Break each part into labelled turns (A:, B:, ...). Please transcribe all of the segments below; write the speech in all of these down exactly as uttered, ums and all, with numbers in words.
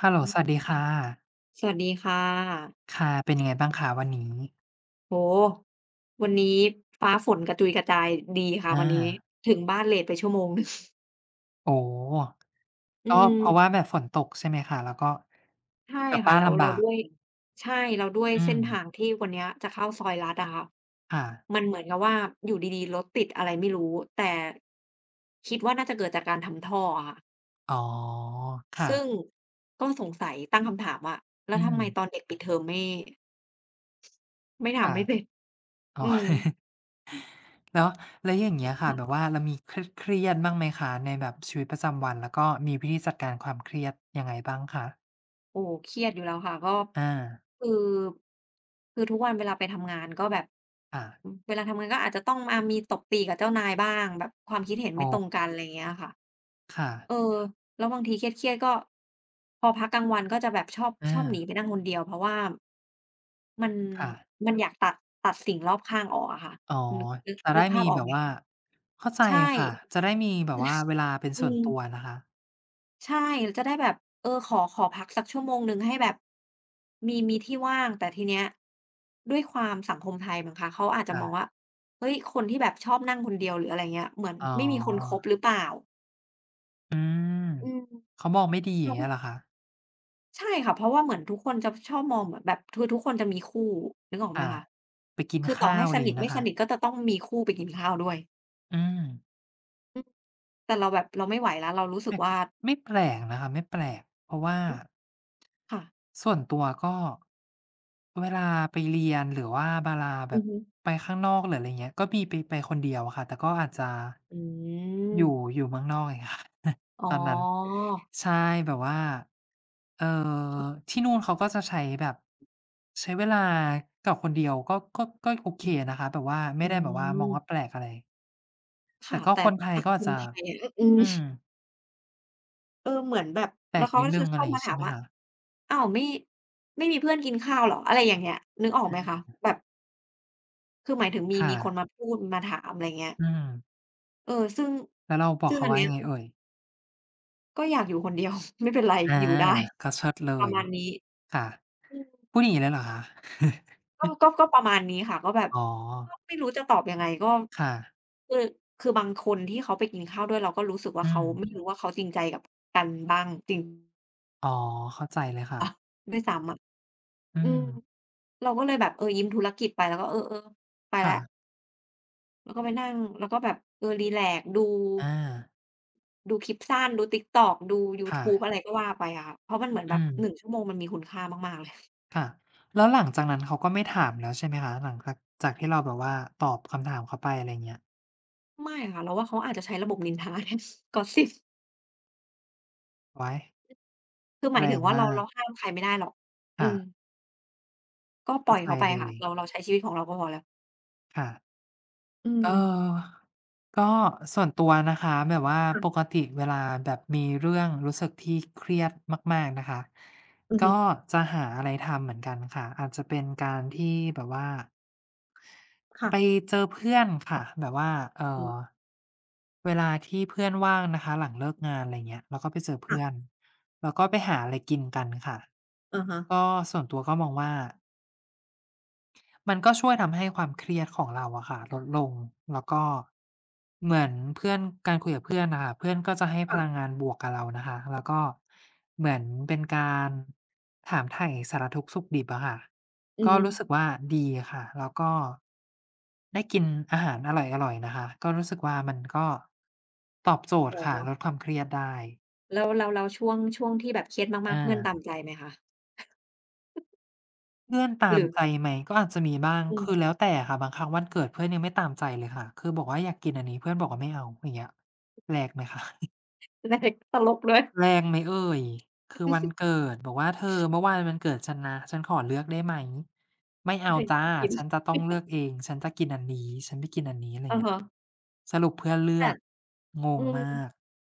A: ฮัลโหลสวัสดี
B: ครั
A: ค่
B: บ
A: ะ
B: ค่ะสวัสดีค่ะ
A: ค่ะเป็นยังไงบ้างคะวันนี้
B: โอ้โฮวันนี้ฟ้าฝนกระจุยกระจายดีค่ะวั
A: อา
B: นนี้ถึงบ้านเลตไปชั่วโมง หนึ่ง
A: โอ้โฮ
B: อื
A: ก็เพราะว่า
B: ม
A: แบบฝนตกใช่ไหมคะแล้วก็
B: ใช่
A: กลับ
B: ค่ะ
A: บ้าน
B: แล้ว
A: ลำ
B: แล้ว
A: บาก
B: ด้วยใช่แล้วด้วย
A: อื
B: เส้
A: ม
B: นทางที่วันเนี้ยจะเข้าซอยลัดอะค่ะ
A: ค่ะ
B: มันเหมือนกับว่าอยู่ดีๆรถติดอะไรไม่รู้แต่คิดว่าน่าจะเกิดจากการทำท่ออะค่ะ
A: อ๋อ
B: ซึ่ง
A: ค่ะ
B: ก็สงสัยตั้งคำถามว่าแล้ว
A: อื
B: ทำ
A: ม
B: ไมตอนเด็กปิดเทอมไม่ไม่ทำ
A: ค่ะ
B: ไม่เสร็จ
A: อ๋อ
B: อืม
A: แล้วแล้วอย่างเงี้ยค่ะ
B: ค่ะ
A: แบบว่าเรามีเครียดๆบ้างไหมคะในแบบชีวิตประจำวันแล้วก็มีวิธีจัดการความเครียดยังไงบ้างคะ
B: โอ้เครียดอยู่แล้วค่ะก็
A: อา
B: คือคือทุกวันเวลาไปทำงานก็แบบ
A: ค่ะ
B: อืมเวลาทำงานก็อาจจะต้องมามีตบตีกับเจ้านายบ้างแบบความคิดเห็น
A: อ๋อ
B: ไม่ตรงกันอะไรอย่างเงี้ยค่ะ
A: ค่ะ
B: เออแล้วบางทีเครียดๆก็พอพักกลางวันก็จะแบบชอบช
A: อา
B: อบหนีไปนั่งคนเดียวเพราะว่ามัน
A: ค่ะ
B: มันอยากตัดตัดสิ่งรอบข้างออกอะค่ะ
A: อ๋อ
B: นึกนึก
A: จะ
B: นึก
A: ได้
B: ภาพ
A: มี
B: ออ
A: แบ
B: ก
A: บ
B: ไหม
A: ว่า
B: คะ
A: เข้าใจ
B: ใช่
A: ค่ะ จะได้มีแบบว่าเวลาเป็น
B: อื
A: ส่วน
B: ม
A: ตัวนะคะ
B: ใช่จะได้แบบเออขอขอพักสักชั่วโมงหนึ่งให้แบบมีมีที่ว่างแต่ทีเนี้ยด้วยความสังคมไทยมั้งคะเขาอาจจะมองว่า
A: ค่ะ
B: เฮ้ยคนที่แบบชอบนั่งคนเดียวหรืออะไรเงี้ยเหมือน
A: อ๋
B: ไม่มีคนค
A: อ
B: บหรือเปล่า
A: อืม
B: อืม
A: เขามองไม่ดีอย่า
B: เรา
A: ง
B: ก็
A: เงี้ยเหรอคะ
B: ใช่ค่ะเพราะว่าเหมือนทุกคนจะชอบมองเหมือนแบบคือทุกคนจะมีคู่นึกออกไหม
A: ค่ะ
B: คะ
A: ไปกิน
B: คือต่อ
A: ข้า
B: ให้
A: วอะ
B: ส
A: ไร
B: นิท
A: งี้
B: ไม่
A: นะ
B: ส
A: คะ
B: นิทก็จะต้องมีคู่ไปกินข้าวด้วย
A: อืม
B: อืมแต่เราแบบเราไม่ไหวแล้วเรารู้สึก
A: ไม่
B: ว่า
A: ไม่แปลกนะครับไม่แปลกเพราะว่า
B: อืมค่ะ
A: ส่วนตัวก็เวลาไปเรียนหรือว่าเวลาแบ
B: อือ
A: บ
B: ฮึ
A: ไปข้างนอกหรืออะไรเงี้ยก็มีไปไปคนเดียวอะค่ะแต่ก็อาจจะ
B: อืม
A: อยู่อยู่เมืองนอกไง ค่ะ
B: อ๋อ
A: ตอนนั้นใช่แบบว่าเอ่อ
B: ค่
A: ที่นู่นเขาก็จะใช้แบบใช้เวลากับคนเดียวก็ก็ก็โอเค
B: ะ
A: นะคะแบบว่าไม่
B: อื
A: ได้แบบว่ามองว่าแป
B: ม
A: ลกอะไรแต่
B: ค่ะ
A: ก็
B: แต่
A: คนไทย
B: สัง
A: ก็
B: ค
A: อาจ
B: ม
A: จะ
B: ไทยอะออืม
A: อืม
B: เออเหมือนแบบ
A: แปล
B: แล้ว
A: ก
B: เขา
A: นิ
B: ก็
A: ดหนึ่
B: จะ
A: ง
B: ช
A: อะ
B: อ
A: ไร
B: บมา
A: งี้
B: ถา
A: ใช่
B: ม
A: ไหม
B: ว่า
A: คะ
B: อ้าวไม่ไม่มีเพื่อนกินข้าวเหรออะไรอย่างเงี้ยนึกออกไหมคะแบบคือหมายถึงมี
A: ค่ะ
B: มีคนมาพูดมาถามอะไรเงี้ย
A: อืม
B: เออซึ่ง
A: แล้วเราบอก
B: ซึ่ง
A: เขา
B: อัน
A: ว่า
B: เนี้ย
A: ยังไงเอ่ย
B: ก็อยากอยู่คนเดียว ไม่เป็นไร
A: อา
B: อยู่ได้
A: ก็เชิดเล
B: ประ
A: ย
B: มาณนี้
A: ค่ะ
B: อืม
A: พูดอย่างงี้เลยเหรอคะ
B: ก็ก็ก็ประมาณนี้ค่ะก็แบบ
A: อ๋อ
B: ก็ไม่รู้จะตอบยังไงก็
A: ค่ะ
B: คือคือบางคนที่เขาไปกินข้าวด้วยเราก็รู้สึกว่า
A: อื
B: เขา
A: ม
B: ไม่รู้ว่าเขาจริงใจกับกันบ้างจริง
A: อ๋อ เข้าใจเลยค่ะ
B: อะด้วยซ้ำอะ
A: อื
B: อื
A: ม
B: มเราก็เลยแบบเออยิ้มธุรกิจไปแล้วก็เออๆไปแล้
A: ค่ะ
B: วแล้วก็ไปนั่งแล้วก็แบบเออรีแลกซ์ดู
A: อา
B: ดูคลิปสั้นดู TikTok ดูยู
A: ค่ะ
B: ทูบอะไรก็ว่าไปอะค่ะเพราะมันเหมือน
A: อื
B: แบบ
A: ม
B: หนึ่งชั่วโมงมันมีคุณค่ามากๆเลย
A: ค่ะแล้วหลังจากนั้นเขาก็ไม่ถามแล้วใช่ไหมคะหลังจากจากที่เราแบบว่าตอบคำถามเขาไปอะไรเงี้ย
B: ไม่ค่ะเราว่าเขาอาจจะใช้ระบบนินทา Gossip
A: ว้ย
B: คือหมา
A: แร
B: ยถึง
A: ง
B: ว่าเรา
A: มาก
B: เราห้ามใครไม่ได้หรอกอืม
A: ค่ะ
B: ก็ปล่
A: เข้า
B: อย
A: ใจ
B: เขาไป
A: เล
B: ค่ะ
A: ย
B: เราเราใช้ชีวิตของเราก็พอแล้ว
A: ค่ะ
B: อื
A: เ
B: ม
A: ออก็ส่วนตัวนะคะแบบว่าป
B: ค่ะ
A: กติเวลาแบบมีเรื่องรู้สึกที่เครียดมากๆนะคะ
B: อือ
A: ก็
B: ฮึ
A: จะหาอะไรทำเหมือนกันค่ะอาจจะเป็นการที่แบบว่า
B: ค่ะ
A: ไปเจอเพื่อนค่ะแบบว่าเอ
B: อื
A: อ
B: ม
A: เวลาที่เพื่อนว่างนะคะหลังเลิกงานอะไรเงี้ยเราก็ไปเจอ
B: ค่ะ
A: เพื่อนแล้วก็ไปหาอะไรกินกันค่ะ
B: อะฮะ
A: ก็ส่วนตัวก็มองว่า มันก็ช่วยทำให้ความเครียดของเราอะค่ะลดลงแล้วก็เหมือนเพื่อนการคุยกับเพื่อนน่ะค่ะเพื่อนก็จะให้พลัง
B: ค่ะ
A: งานบวกกับเรานะคะแล้วก็เหมือนเป็นการถามไถ่สารทุกข์สุขดิบอะค่ะ
B: อือ
A: ก็
B: ฮึ
A: รู้สึกว่าดีค่ะแล้วก็ได้กินอาหารอร่อยๆนะคะก็รู้สึกว่ามันก็ตอบโจท
B: อ๋
A: ย์
B: อ
A: ค่ะลดความเครียดได้
B: แล้วแล้วแล้วช่วงช่วงที่แบบเครียดมากๆ
A: อา
B: เพื่อนตามใจไหมคะ
A: เพื่อนตา
B: ห
A: ม
B: รือ
A: ใจไหมก็อาจจะมีบ้าง
B: อืม
A: คือแล้วแต่ค่ะบางครั้งวันเกิดเพื่อนยังไม่ตามใจเลยค่ะคือบอกว่าอยากกินอันนี้เพื่อนบอกว่าไม่เอาอย่างเงี้ยแรงไหมคะ
B: แรงตลกด้วย
A: แรงไหมเอ่ยคือวัน เกิดบอกว่าเธอเมื่อวานเป็นวันเกิดฉันนะฉันขอเลือกได้ไหมไม่เอา
B: แรง
A: จ้ะ
B: ที่กิน
A: ฉันจะต้องเลือกเองฉันจะกินอันนี้ฉันไม่กินอันนี้อะไร
B: อะ
A: เงี้ย
B: ฮะ
A: สรุปเพื่อนเลือ
B: แต่
A: กง
B: อื
A: ง
B: ม
A: มาก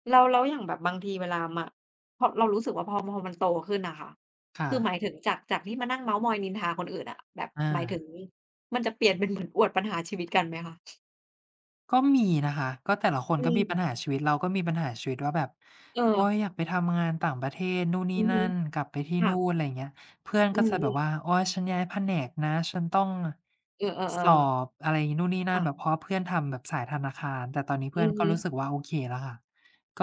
B: แล้วแล้วอย่างแบบบางทีเวลามาพอเรารู้สึกว่าพอพอมันโตขึ้นน่ะค่ะ
A: ค่ะ
B: คือหมายถึงจากจากที่มานั่งเม้าท์มอยนินทาคนอื่นอะแบบ
A: อา
B: หมายถึงมันจะเปลี่ยนเป็น เหมือนอวดปัญหาชีวิตกันไหมคะ
A: ก็มีนะคะก็แต่ละคน
B: อื
A: ก็มีปัญ
B: ม
A: หาชีวิตเราก็มีปัญหาชีวิตว่าแบบ
B: เออ
A: โอ๊ยอยากไปทำงานต่างประเทศนู่นนี่
B: อือฮึ
A: นั่นกลับไปที่
B: ค่ะ
A: นู่นอะไรอย่างเงี้ยเพื่อน
B: อื
A: ก็จะแบบ
B: ม
A: ว่าโอ๊ยฉันย้ายแผนกนะฉันต้อง
B: ๆเออ
A: ส
B: ๆ
A: อ
B: ๆ
A: บอะไรนู่นนี่นั่นแบบเพ
B: ค่ะ
A: ราะว่าเพื่อนทำแบบสายธนาคารแต่ตอนนี้เพื่
B: อื
A: อน
B: อ
A: ก็
B: ฮึ
A: รู้สึกว่าโอเคแล้วค่ะก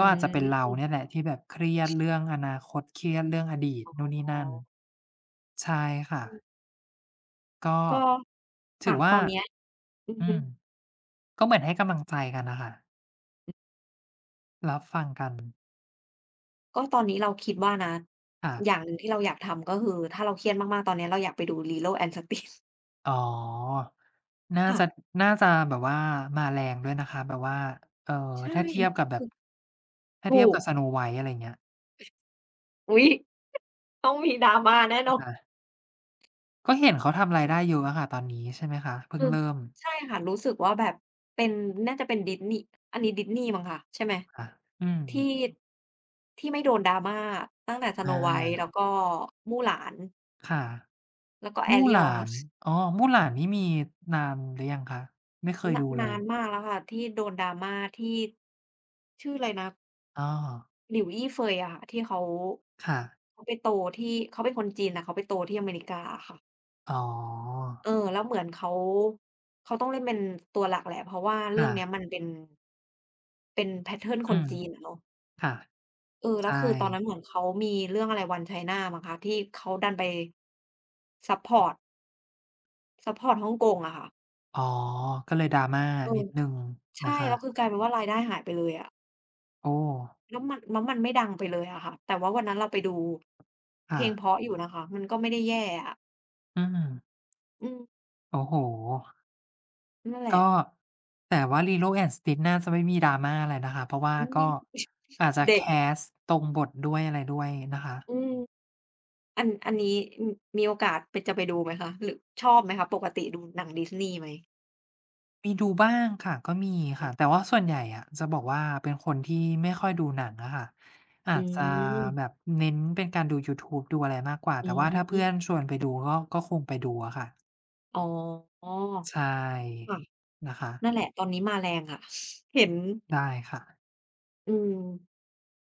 B: อื
A: ็อาจจะเป็นเรา
B: ม
A: เนี่ยแหละที่แบบเครียดเรื่องอนาคตเครียดเรื่องอดีต
B: อ
A: นู่นนี่
B: ๋อ
A: นั่นใช่ค่ะก็
B: ก็
A: ถื
B: ค่ะ
A: อ
B: ต
A: ว่า
B: อนเนี้ยอือ
A: อื
B: ฮึ
A: มก็เหมือนให้กำลังใจกันน่ะค่ะ รับฟังกัน
B: ก็ตอนนี้เราคิดว่านะ
A: ค่ะ
B: อย่างหนึ่งที่เราอยากทำก็คือถ้าเราเครียดมากๆตอนเนี้ยเราอยากไปดู Lilo and Stitch
A: อ๋อน่า
B: ค่ะ
A: จะน่าจะแบบว่ามาแรงด้วยนะคะแบบว่าเอ่อ
B: ใช่
A: ถ้าเทียบกับแบ
B: คื
A: บ
B: อ
A: ถ้าเที
B: ถู
A: ยบ
B: ก
A: กับ Snow White อะไรอย่างเงี้ย
B: อุ๊ยต้องมี drama แน่นอน
A: ค่ะก็เห็นเขาทำรายได้เยอะอะค่ะตอนนี้ใช่ไหมคะเพิ่
B: อื
A: ง
B: ม
A: เริ่ม
B: ใช่ค่ะรู้สึกว่าแบบเป็นน่าจะเป็นดิสนีย์อันนี้ดิสนีย์มั้งคะใช่ไหม
A: ค่ะอืม
B: ที่ที่ไม่โดน drama ตั้งแต่
A: อ
B: Snow White แล้
A: า
B: วก็มู่หลาน
A: ค่ะ
B: แล้วก็
A: มู่ห
B: Ariel
A: ลา
B: นะ
A: นอ๋อมู่หลานนี่มีนานหรือยังคะไม่เคย
B: น
A: ดูเล
B: นา
A: ย
B: นมากแล้วค่ะที่โดน drama ที่ชื่ออะไรนะ
A: อ้อ
B: หลิวอี้เฟยอะค่ะที่เขา
A: ค่ะ
B: เขาไปโตที่เขาเป็นคนจีนแต่เขาไปโตที่อเมริกาอะค่ะ
A: อ๋อ
B: เออแล้วเหมือนเขาเขาต้องเล่นเป็นตัวหลักแหละเพราะว่าเรื่อง
A: ค่ะ
B: เนี้ยมันเป็นเป็นแพตเทิร์นค
A: อื
B: น
A: ม
B: จีนอะเนาะ
A: ค่ะ
B: เออแล้ว
A: ใช่
B: คือตอนนั้นเหมือนเขามีเรื่องอะไร One China มั้งคะที่เขาดันไปซัปพอร์ตซัปพอร์ตฮ่องกงอะค่ะ
A: อ๋อ ก็เลยดราม่ a
B: เอ
A: นิ
B: อ
A: ดหนึ่งนะ
B: ใช่แล้วคือ
A: คะ
B: กลายเป็นว่ารายได้หายไปเลยอะ
A: โอ้
B: แล้วมันแล้วมันไม่ดังไปเลยอะค่ะแต่ว่าวันนั้นเราไปดูเพล
A: ค่ะ
B: งเพราะอยู่นะคะมันก็ไม่ได้แย่อะ
A: อืม
B: อืม
A: โอ้โฮ
B: นั่นแหละ
A: ก็แต่ว่า Lilo and Stitch น่าจะไม่มีดราม่าอะไรนะคะเพราะว่า
B: อืม
A: ก็อาจจะ
B: เด็
A: แค
B: ก
A: สต์ตรงบทด้วยอะไรด้วยนะคะ
B: อืมอันอันนี้อืมมีโอกาสไปจะไปดูไหมคะหรือชอบไหมคะปกติดูหนังดิสนีย์ไหม
A: มีดูบ้างค่ะก็มีค่ะแต่ว่าส่วนใหญ่อะจะบอกว่าเป็นคนที่ไม่ค่อยดูหนังอะค่ะ
B: อื
A: อาจจะแบ
B: ม
A: บเน้นเป็นการดูยูทูบดูอะไรมากกว่า
B: อื
A: แต่ว่าถ้า
B: ม
A: เพื่อนชวนไปดูก็ก็คงไปดูอะค่ะ
B: อ๋อ
A: ใช่
B: ค่ะ
A: นะคะ
B: นั่นแหละตอนนี้มาแรงค่ะ เห็น
A: ได้ค่ะ
B: อืม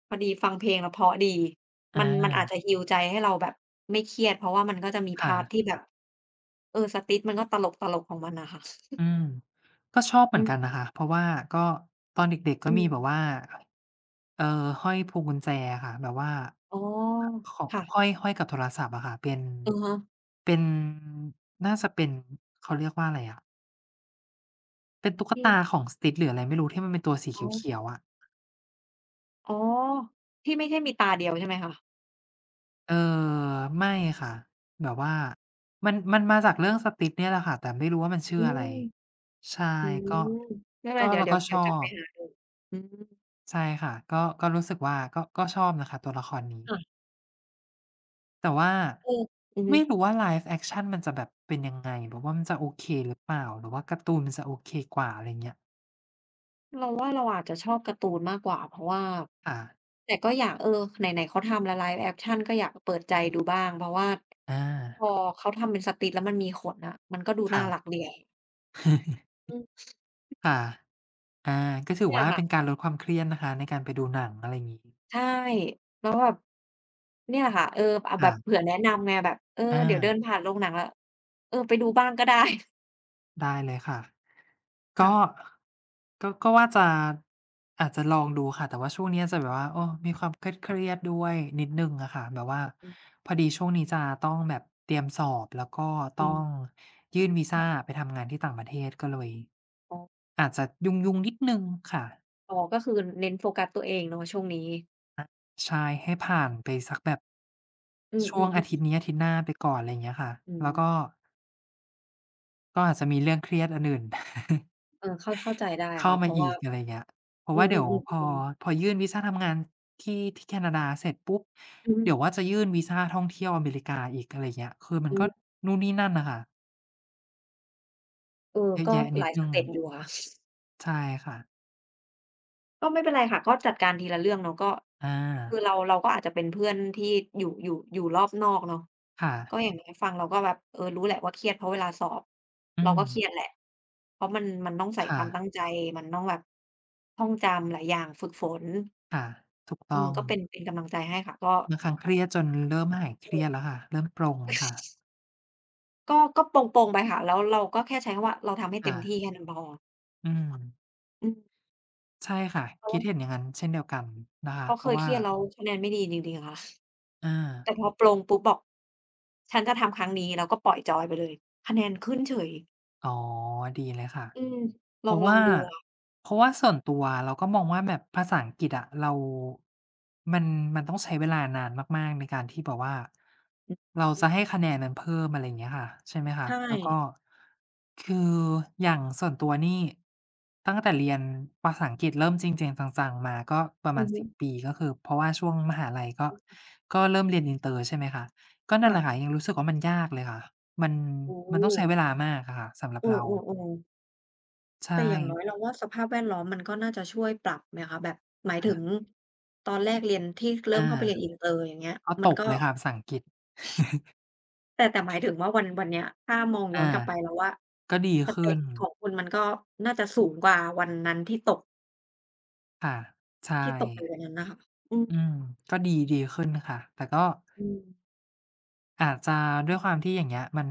B: พอดีฟังเพลงแล้วเพราะดี
A: อา
B: มันมันอาจจะ heal ใจให้เราแบบไม่เครียดเพราะว่ามันก็จะมีพาร์ตที่
A: ค่ะ
B: แบบเออ Stitch มันก็ตลกๆของมันน่ะค่ะ
A: อืมก็ชอบเหมื
B: อื
A: อนกันนะ
B: ม
A: คะเพราะว่าก็ตอนเด็กๆก็
B: ๆ
A: มีแบบว่าเอ่อห้อยพวงกุญแจอะค่ะแบบว่า
B: อ๋อ
A: ขข
B: ค่ะ
A: ห้อยห้อยกับโทรศัพท์อะค่ะเป็น
B: อะฮะ
A: เป็นน่าจะเป็นเขาเรียกว่าอะไรอะเป็นตุ๊กตาข
B: ที่
A: อง Stitch หรืออะไรไม่รู้ที่มันเป็นตัวสีเ
B: อ๋อ
A: ขียวๆอะ
B: อ๋อที่ไม่ใช่มีตาเดียวใช่ไหมคะ
A: เออไม่ค่ะแบบว่ามันมันมาจากเรื่อง Stitch เนี่ยแหละค่ะแต่ไม่รู้ว่ามันชื่
B: อื
A: ออะไร
B: ม
A: ใช่
B: อืม
A: ก็
B: ไม่เป็นไร
A: ก็
B: เดี๋ยว
A: เรา
B: เดี๋ยว
A: ก็ช
B: เดี๋ย
A: อ
B: วกลับไป
A: บ
B: หาดูอืม
A: ใช่ค่ะก็ก็รู้สึกว่าก็ก็ชอบนะคะตัวละครนี้
B: ค่ะ
A: แต่ว่า
B: เอออือฮึ
A: ไม่รู้ว่า Live Action มันจะแบบเป็นยังไงหรือว่ามันจะโอเคหรือเปล่าหรือว่าการ์ตูนมันจะโอเคกว่าอะไรเงี้ย
B: เราว่าเราอาจจะชอบการ์ตูนมากกว่าเพราะว่า
A: ค่ะ
B: แต่ก็อยากเออไหนๆเขาทำแล้วไลฟ์แอกชันก็อยากเปิดใจดูบ้างเพราะว่า
A: อา
B: พอเขาทำเป็นสติกแล้วมันมีขนน่ะมันก็ดูน่า
A: ค่ะ
B: รักดีอะอื ม
A: ค่ะอาก็ถือ
B: เนี่ย
A: ว่า
B: ค่ะ
A: เป็นการลดความเครียดนะคะในการไปดูหนังอะไรงี้
B: ใช่แล้วแบบเนี่ยแหละค่ะเอออาแบบ
A: ค่ะ
B: เผื่อแนะนำไงแบบเออ
A: อา
B: เดี๋ยวเดินผ่านโรงหนังแล้วเออไปดูบ้างก็ได้
A: ได้เลยค่ะ
B: ค่ะ
A: ก็ก็ก็ว่าจะอาจจะลองดูค่ะแต่ว่าช่วงเนี้อจจะแบบว่าโอ้มีความเครียดๆด้วยนิดหนึ่งอะค่ะแบบว่าพอดีช่วงนี้จะต้องแบบเตรียมสอบแล้วก็
B: อื
A: ต้อ
B: ม
A: งยื่นวีซาไป
B: ค่ะ
A: ทำงานที่ต่างประเทศก็เลย
B: อ๋อ
A: อาจจะยุ่งๆนิดหนึ่งค่ะ
B: อ๋อก็คือเน้นโฟกัสตัวเองเนาะช่วงนี้
A: ใช่ให้ผ่านไปสักแบบ
B: อืม
A: ช่วงอาทิต
B: ๆ
A: ย์
B: ๆ
A: นี้อาทิตย์หน้าไปก่อนอะไรอย่างเงี้ยค่ะ
B: อื
A: แล้
B: ม
A: วก็ก็อาจจะมีเรื่องเครียดอันอื่น
B: เออเข้าเข้าใจได้
A: เข้า
B: ค่ะเพ
A: มา
B: ราะ
A: อี
B: ว่า
A: กอะไรเงี้ยเพราะ
B: อื
A: ว่าเดี๋ยว
B: อ
A: พอ
B: ๆๆๆ
A: พอยื่นวีซาทำงานที่ที่แคนาดาเสร็จปุ๊บ
B: อือฮึ
A: เดี๋ยวว่าจะยื่นวีซาท่องเที่ยวอเมริกาอีกอะไรเงี้ยคือมั
B: อือ
A: นก็นู่นนี่นั่นน่ะค่ะ
B: เออ
A: เยอะ
B: ก็
A: แยะ
B: ห
A: นิด
B: ลาย
A: ห
B: ส
A: นึ่ง
B: เต็ปอยู่ค่ะ
A: ใช่ค่ะ
B: ก็ไม่เป็นไรค่ะก็จัดการทีละเรื่องเนาะก็
A: อา
B: คือเราเราก็อาจจะเป็นเพื่อนที่อยู่อยู่อยู่รอบนอกเนาะ
A: ค่ะ
B: ก็อย่างน้อยฟังเราก็แบบเออรู้แหละว่าเครียดเพราะเวลาสอบ
A: อื
B: เรา
A: ม
B: ก็เครียดแหละเพราะมันมันต้องใส่ค
A: ค่ะ
B: วามตั้งใจมันต้องแบบท่องจำหลายอย่างฝึกฝน
A: ค่ะถูก
B: อื
A: ต้
B: ม
A: อง
B: ก็เป็นเป็นกำลังใจให้ค่ะก็
A: บางครั้งเครียดจนเริ่มหายเค
B: เอ
A: รี
B: อ
A: ยดแล้วค่ะเริ่มปลงค่ะ
B: ก็ก็โปร่งๆไปค่ะแล้วเราก็แค่ใช้คำว่าเราทำให้เต็ม
A: ค่ะ
B: ที่แค่นั้นพอ
A: อืม
B: อืม
A: ใช่ค่ะ
B: เพราะ
A: คิ
B: ว่า
A: ดเห็นอย่างงั้นเช่นเดียวกันนะ
B: เพ
A: คะ
B: ราะ
A: เพ
B: เค
A: ราะ
B: ยเค
A: ว่า
B: รียดแล้วคะแนนไม่ดีจริงๆอะค่ะ
A: อา
B: แต่พอปลงปุ๊บบอก ฉันจะทำครั้งนี้แล้วก็ปล่อยจอยไปเลยคะแนนขึ้นเฉย
A: อ๋อดีเลยค่ะ
B: อืมล
A: เพ
B: อง
A: ราะ
B: ลอง
A: ว่า
B: ดูอะ
A: เพราะว่าส่วนตัวเราก็มองว่าแบบภาษาอังกฤษอะเรามันมันต้องใช้เวลานานมากๆในการที่แบบว่า
B: อือ
A: เรา
B: อือ
A: จะให้คะแนนมันเพิ่มอะไรอย่างเงี้ยค่ะใช่ไหมคะ
B: ใช่
A: แล้วก็คืออย่างส่วนตัวนี่ตั้งแต่เรียนภาษาอังกฤษเริ่มจริงๆจังๆมาก็ประ
B: อื
A: มา
B: อ
A: ณ
B: ฮึ
A: สิบปีก็คือเพราะว่าช่วงมหาลัยก็ก็เริ่มเรียนอินเตอร์ใช่ไหมคะก็นั่น
B: ค่ะ
A: แหละค่ะยังรู้สึกว่ามันยากเลยค่ะมัน
B: โอ้โฮ
A: มันต้องใช้เวลามากอะค่ะสำหรั
B: เอ
A: บเรา
B: อๆๆ
A: ใช่
B: แต่อย่างน้อยเราว่าสภาพแวดล้อมมันก็น่าจะช่วยปรับไหมคะแบบหมายถึงตอนแรกเรียนที่เริ่ม
A: อา
B: เข้าไปเรียนอินเตอร์อย่างเงี้ย
A: ก็
B: มั
A: ต
B: น
A: ก
B: ก็
A: เลยค่ะภาษาอังกฤษ
B: แต่แต่หมายถึงว่าวันวันเนี้ยถ้ามองย้อน
A: อา
B: กลับไปเราว่า
A: ก็ดี
B: สเต็
A: ขึ้
B: ป
A: น
B: ของคุณมันก็น่าจะสูงกว่าวันนั้นที่ตก
A: ค่ะใช่
B: ที่ตกไปวันนั้นน่ะค่ะอืม
A: อืมก็ดีดีขึ้นค่ะแต่ก็
B: อืม
A: อาจจะด้วยความที่อย่างเงี้ยมัน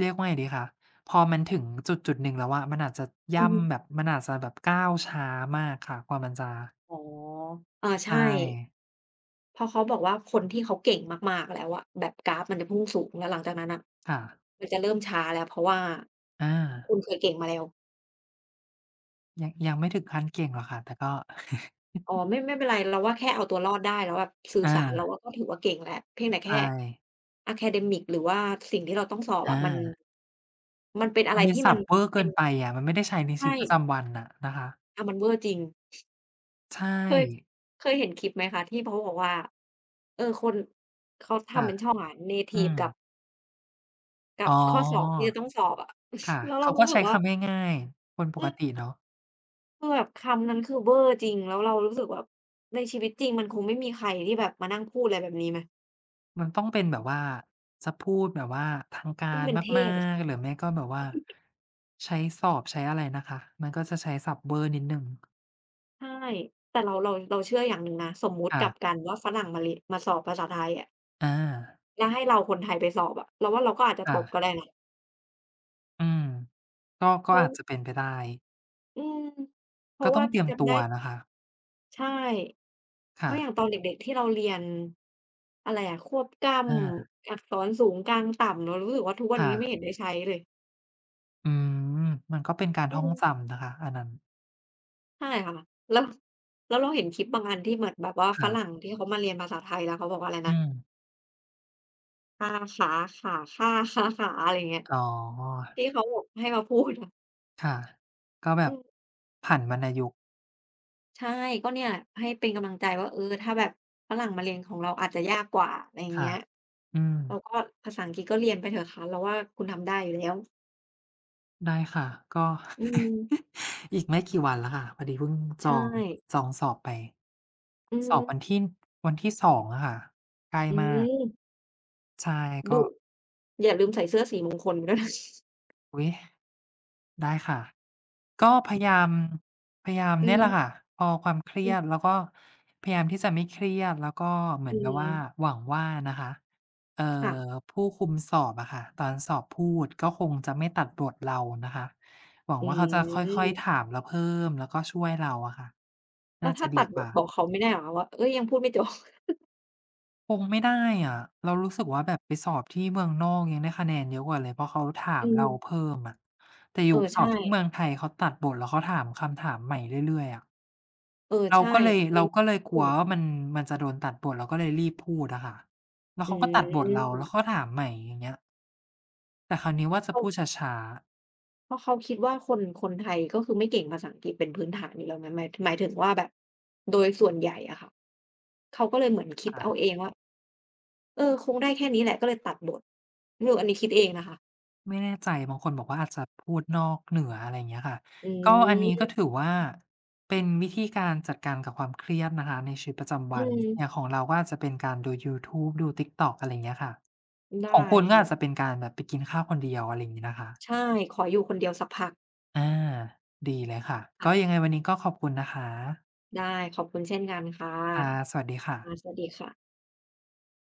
A: เรียกว่าไงดีคะพอมันถึงจุดจุดหนึ่งแล้วอะมันอาจจะ
B: อือฮึ
A: ย่ำแบบมันอาจจะแบบก้าวช้ามากค่ะกว่ามันจะ
B: อ๋ออาใช่
A: ใช่
B: เพราะเขาบอกว่าคนที่เขาเก่งมากๆแล้วอะแบบกราฟมันจะพุ่งสูงแล้วหลังจากนั้นน่ะ
A: ค่ะ
B: มันจะเริ่มช้าแล้วเพราะว่า
A: อา
B: คุณเคยเก่งมาแล้ว
A: ยังยังไม่ถึงขั้นเก่งหรอกค่ะแต่ก็
B: อ๋อไม่ไม่เป็นไรเราว่าแค่เอาตัวรอดได้แล้วแบบสื่อ
A: อา
B: สารเราว่าก็ถือว่าเก่งแล้วเพียงแต่แค่
A: ใช่
B: อะแคเดมิกหรือว่าสิ่งที่เราต้องสอบอะ
A: อา
B: มันมันเป็นอะ
A: มั
B: ไร
A: นเป็น
B: ที่
A: ศั
B: มัน
A: พท์เวอร์
B: เป็
A: เกิ
B: น
A: นไปอะมันไม่ได้ใช้ในชี
B: ใช่
A: วิตประจำวันอะนะคะ
B: อามันเวอร์จริง
A: ใช่
B: เคยเคยเห็นคลิปไหมคะที่เขาบอกว่าเออคนเขาทำ
A: ค่ะ
B: เป็นช่องอะเนทิ
A: อื
B: ฟ
A: ม
B: กับ กั
A: อ๋
B: บข้อสองที่
A: อ
B: จะต้องสอบอะ
A: ค่ะ
B: แล้วเรา
A: เขาก็
B: รู้สึก
A: ใช้
B: ว่า
A: คำง่ายๆคนป
B: เอ
A: ก
B: อ
A: ติเนาะ
B: คือแบบคำนั้นคือเวอร์จริงแล้วเรารู้สึกแบบในชีวิตจริงมันคงไม่มีใครที่แบบมานั่งพูดอะไรแบบนี้ไหม
A: มันต้องเป็นแบบว่าจะพูดแบบว่าทางกา
B: ต้อง
A: ร
B: เป็นเท
A: มา
B: พอะ
A: กๆหรือไม่ก็แบบว่าใช้สอบใช้อะไรนะคะมันก็จะใช้ศัพท์เวอร์นิดหนึ่ง
B: ใช่แต่เราเราเราเชื่ออย่างหนึ่งนะสมมุติกลับ
A: ค่ะ
B: กันว่าฝรั่งมาเรียนมาสอบภาษาไทยอะ
A: อา
B: แล้วให้เราคนไทยไปสอบอะเราว่าเราก็อาจจะตกก็
A: ค่ะ
B: ได้นะ
A: อืมก็
B: เพ
A: ก็
B: ราะ
A: อาจจะเป็นไปได้
B: อืมเพ
A: ก็
B: ราะ
A: ต้อ
B: ว่า
A: งเตรียม
B: จำ
A: ตั
B: ได้
A: วนะคะ
B: ใช่ เพ
A: ค่ะ
B: ราะอย่างตอนเด็กๆที่เราเรียนอะไรอะควบกล้
A: อา
B: ำอักษรสูงกลางต่ำเรารู้สึกว่าทุกวัน
A: ค่ะ
B: นี้ไม่เห็นได้ใช้เลย
A: อืมมันก็เป็นการ
B: อื
A: ท่อ
B: ม
A: งจำนะคะอันนั้น
B: ใช่ค่ะแล้วแล้วเราเห็นคลิปบางอันที่เหมือนแบบว่าฝรั่ง
A: ค่ะ
B: ที่เขามาเรียนภาษาไทยแล้วเขาบอกว่าอะไร
A: อื
B: นะ
A: ม
B: ค่าขาขาค่าค่าขาอะไรอย่างเงี้ย
A: อ๋อ
B: ที่เขาแบบให้มาพูดอะ
A: ค่ะก็แบ
B: อื
A: บ
B: ม
A: ผันวรรณยุกต์
B: ใช่ ก็เนี่ยให้เป็นกำลังใจว่าเออถ้าแบบฝรั่งมาเรียนของเราอาจจะยากกว่าอะไรอย่างเงี้
A: ค่ะ
B: ย
A: อืม
B: เราก็ภาษาอังกฤษก็เรียนไปเถอะค่ะเราว่าคุณทำได้อยู่แล้ว
A: ได้ค่ะ ก็
B: อืม
A: อีกไม่กี่วันแล้วค่ะพอดีเพิ่งจอ
B: ใช่
A: ง จองสอบไป
B: อื
A: สอ
B: ม
A: บวันที่ วันที่สองอะค่ะ ใกล้
B: อื
A: มาก
B: ม
A: ใช่
B: ดุ
A: ก็
B: อย่าลืมใส่เสื้อสีมงคลด้วยนะ
A: อุ๊ยได้ค่ะ ก็พยายามพยายาม
B: อื
A: เนี่ยแหละค่ะ
B: ม
A: พอความเครี
B: อืม
A: ยดแล้วก็พยายามที่จะไม่เครียดแล้วก็เหมือน
B: อื
A: แบบ
B: ม
A: ว่าหวังว่านะคะเอ่อ
B: ค่ะ
A: ผู้คุมสอบอะค่ะตอนสอบพูดก็คงจะไม่ตัดบทเรานะคะหวัง
B: อื
A: ว่าเขาจะค่อยๆ
B: ม
A: ถามเราเพิ่มแล้วก็ช่วยเราอะค่ะ
B: แล้ว
A: น่า
B: ถ้า
A: จะ
B: ตั
A: ดี
B: ดบ
A: ก
B: ท
A: ว่า
B: บอกเขาไม่ได้เหรอคะว่าเฮ้ยยังพูดไม่จบ
A: คงไม่ได้อะเรารู้สึกว่าแบบไปสอบที่เมืองนอกยังได้คะแนนเยอะกว่าเลยเพราะเขาถา
B: อื
A: มเรา
B: ม
A: เพิ่มอะแต่อ
B: เอ
A: ยู่
B: อ
A: สอ
B: ใช่
A: บที่เมืองไทยเขาตัดบทแล้วเขาถามคำถามใหม่เรื่อยๆอะ
B: เออ
A: เรา
B: ใช่
A: ก็เลย
B: มี
A: เราก็เลยกลัวว่ามัน มันจะโดนตัดบทเราก็เลยรีบพูดอะค่ะแล้ว
B: อื
A: เขาก็ตัดบทเรา
B: ม
A: แล้วเขาก็ถามใหม่อย่างเงี้ยแต่คราวนี้ว่าจะ
B: เขา
A: พูดช้าๆ
B: เพราะเขาคิดว่าคนคนไทยก็คือไม่เก่งภาษาอังกฤษเป็นพื้นฐานอยู่แล้วไหมหมายหมายถึงว่าแบบโดยส่วนใหญ่อะค่ะเขาก็เลยเหมือนคิดเอาเอ
A: ค่ะ
B: งว่าเออคงได้แค่นี้แหละก็เลยตัดบทไม่รู้อันนี้คิดเองนะคะ
A: ไม่แน่ใจบางคนบอกว่าอาจจะพูดนอกเหนืออะไรอย่างเงี้ยค่ะ
B: อื
A: ก็อันนี้
B: ม
A: ก็ถือว่าเป็นวิธีการจัดการกับความเครียดนะคะในชีวิตประจำ
B: อื
A: วันอย่าง
B: ม
A: ของเราก็อาจจะเป็นการดูยูทูบดู TikTok อะไรอย่างเงี้ยค่ะ
B: ได้
A: ของคุณก็อาจจะ
B: ค่ะ
A: เป็นการแบบไปกินข้าวคนเดียวอะไรอย่างงี้นะคะ
B: ใช่ ขออยู่คนเดียวสักพัก
A: อาดีเลยค่ะ
B: ค่ะ
A: ก็ยังไงวันนี้ก็ขอบคุณนะคะ
B: ได้ ขอบคุณเช่นกันค่ะ
A: ค่ะสวัสดีค่ะ
B: ค่ะสวัสดีค่ะ